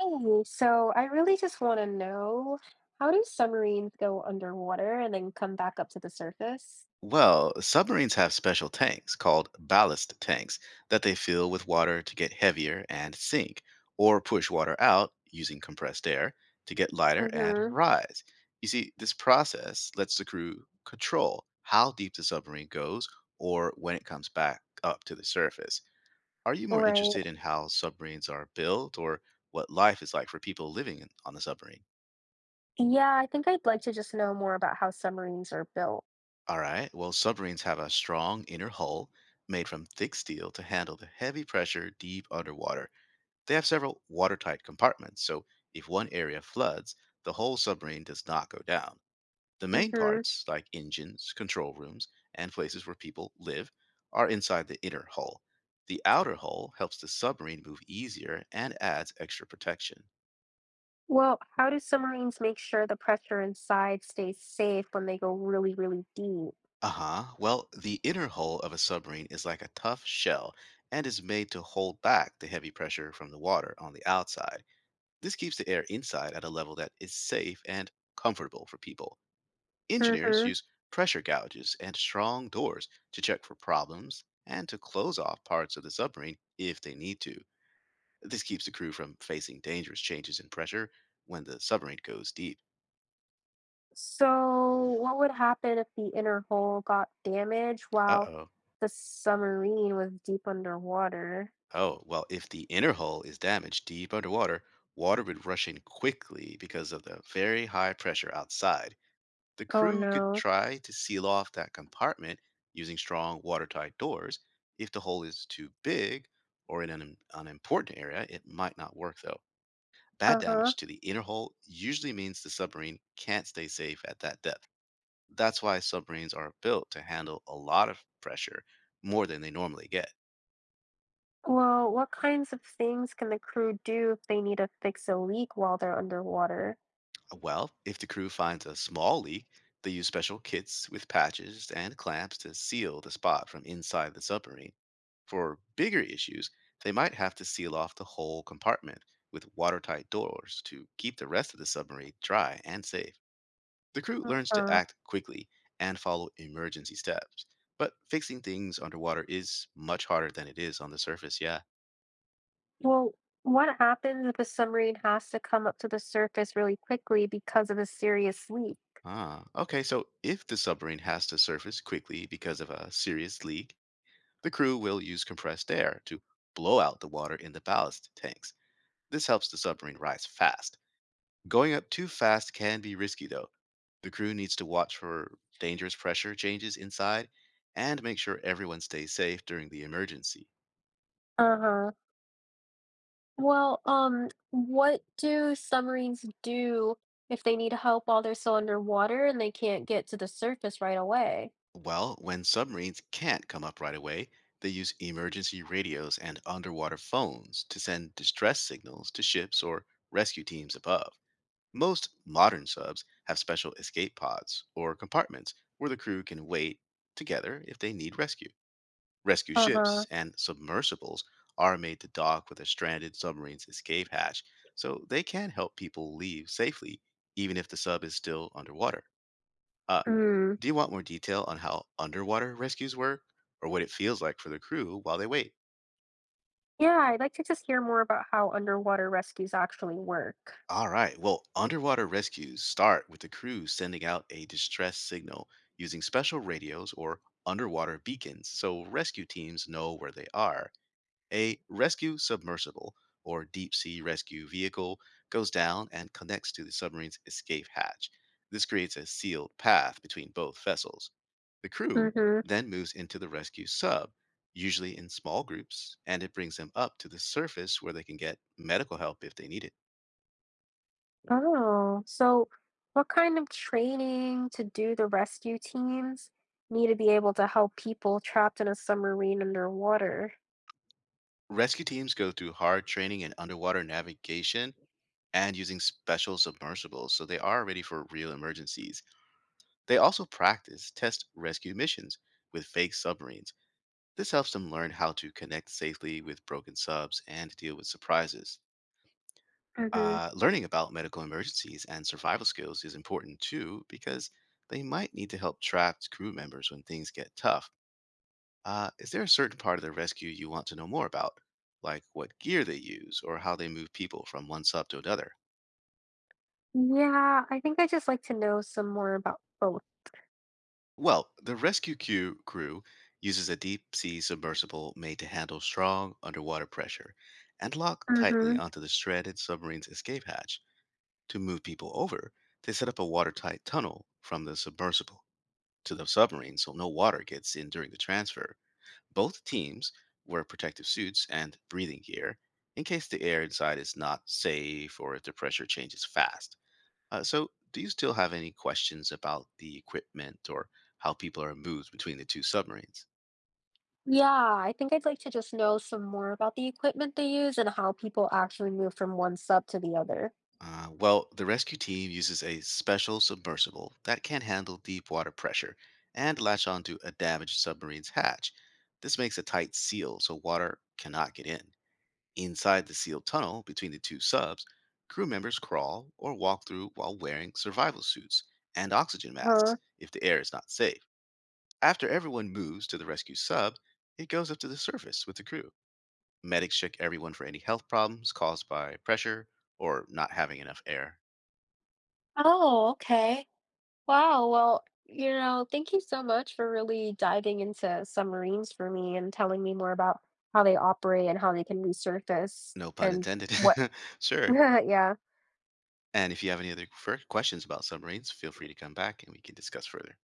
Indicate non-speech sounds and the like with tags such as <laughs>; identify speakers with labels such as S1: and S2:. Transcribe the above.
S1: Hey, so I really just want to know, how do submarines go underwater and then come back up to the surface?
S2: Well, submarines have special tanks called ballast tanks that they fill with water to get heavier and sink, or push water out using compressed air to get lighter and
S1: Mm-hmm.
S2: rise. You see, this process lets the crew control how deep the submarine goes or when it comes back up to the surface. Are you more
S1: Right.
S2: interested in how submarines are built or what life is like for people on the submarine?
S1: Yeah, I think I'd like to just know more about how submarines are built.
S2: All right. Well, submarines have a strong inner hull made from thick steel to handle the heavy pressure deep underwater. They have several watertight compartments, so if one area floods, the whole submarine does not go down. The main
S1: Mm-hmm.
S2: parts, like engines, control rooms, and places where people live, are inside the inner hull. The outer hull helps the submarine move easier and adds extra protection.
S1: Well, how do submarines make sure the pressure inside stays safe when they go really, really deep?
S2: Uh huh. Well, the inner hull of a submarine is like a tough shell and is made to hold back the heavy pressure from the water on the outside. This keeps the air inside at a level that is safe and comfortable for people. Engineers
S1: Mm-hmm.
S2: use pressure gouges and strong doors to check for problems and to close off parts of the submarine if they need to. This keeps the crew from facing dangerous changes in pressure when the submarine goes deep.
S1: So, what would happen if the inner hull got damaged
S2: Uh
S1: while
S2: oh.
S1: the submarine was deep underwater?
S2: Oh, well, if the inner hull is damaged deep underwater, water would rush in quickly because of the very high pressure outside. The
S1: Oh
S2: crew could
S1: no.
S2: try to seal off that compartment using strong watertight doors. If the hole is too big or in an unimportant area, it might not work though. Bad
S1: Uh-huh.
S2: damage to the inner hull usually means the submarine can't stay safe at that depth. That's why submarines are built to handle a lot of pressure, more than they normally get.
S1: Well, what kinds of things can the crew do if they need to fix a leak while they're underwater?
S2: Well, if the crew finds a small leak, they use special kits with patches and clamps to seal the spot from inside the submarine. For bigger issues, they might have to seal off the whole compartment with watertight doors to keep the rest of the submarine dry and safe. The crew learns to
S1: Uh-huh.
S2: act quickly and follow emergency steps, but fixing things underwater is much harder than it is on the surface, yeah.
S1: Well, what happens if a submarine has to come up to the surface really quickly because of a serious leak?
S2: Ah, okay, so if the submarine has to surface quickly because of a serious leak, the crew will use compressed air to blow out the water in the ballast tanks. This helps the submarine rise fast. Going up too fast can be risky, though. The crew needs to watch for dangerous pressure changes inside and make sure everyone stays safe during the emergency.
S1: Uh-huh. Well, what do submarines do if they need help while they're still underwater and they can't get to the surface right away?
S2: Well, when submarines can't come up right away, they use emergency radios and underwater phones to send distress signals to ships or rescue teams above. Most modern subs have special escape pods or compartments where the crew can wait together if they need rescue. Rescue
S1: Uh-huh.
S2: ships and submersibles are made to dock with a stranded submarine's escape hatch, so they can help people leave safely even if the sub is still underwater. Uh,
S1: Mm.
S2: do you want more detail on how underwater rescues work or what it feels like for the crew while they wait?
S1: Yeah, I'd like to just hear more about how underwater rescues actually work.
S2: All right. Well, underwater rescues start with the crew sending out a distress signal using special radios or underwater beacons so rescue teams know where they are. A rescue submersible or deep sea rescue vehicle goes down and connects to the submarine's escape hatch. This creates a sealed path between both vessels. The crew
S1: Mm-hmm.
S2: then moves into the rescue sub, usually in small groups, and it brings them up to the surface where they can get medical help if they need it.
S1: Oh, so what kind of training to do the rescue teams need to be able to help people trapped in a submarine underwater?
S2: Rescue teams go through hard training in underwater navigation and using special submersibles, so they are ready for real emergencies. They also practice test rescue missions with fake submarines. This helps them learn how to connect safely with broken subs and deal with surprises.
S1: Hmm.
S2: Learning about medical emergencies and survival skills is important too because they might need to help trapped crew members when things get tough. Is there a certain part of the rescue you want to know more about, like what gear they use or how they move people from one sub to another?
S1: Yeah, I think I'd just like to know some more about both.
S2: Well, the rescue crew uses a deep sea submersible made to handle strong underwater pressure and lock tightly
S1: Hmm.
S2: onto the shredded submarine's escape hatch. To move people over, they set up a watertight tunnel from the submersible to the submarine so no water gets in during the transfer. Both teams wear protective suits and breathing gear in case the air inside is not safe or if the pressure changes fast. So, do you still have any questions about the equipment or how people are moved between the two submarines?
S1: Yeah, I think I'd like to just know some more about the equipment they use and how people actually move from one sub to the other.
S2: Well, the rescue team uses a special submersible that can handle deep water pressure and latch onto a damaged submarine's hatch. This makes a tight seal so water cannot get in. Inside the sealed tunnel between the two subs, crew members crawl or walk through while wearing survival suits and oxygen
S1: Uh-huh.
S2: masks if the air is not safe. After everyone moves to the rescue sub, it goes up to the surface with the crew. Medics check everyone for any health problems caused by pressure or not having enough air.
S1: Oh, okay. Wow. Well, thank you so much for really diving into submarines for me and telling me more about how they operate and how they can resurface
S2: No pun
S1: and
S2: intended.
S1: what.
S2: <laughs>
S1: <laughs>
S2: Sure.
S1: Yeah.
S2: And if you have any other questions about submarines, feel free to come back and we can discuss further.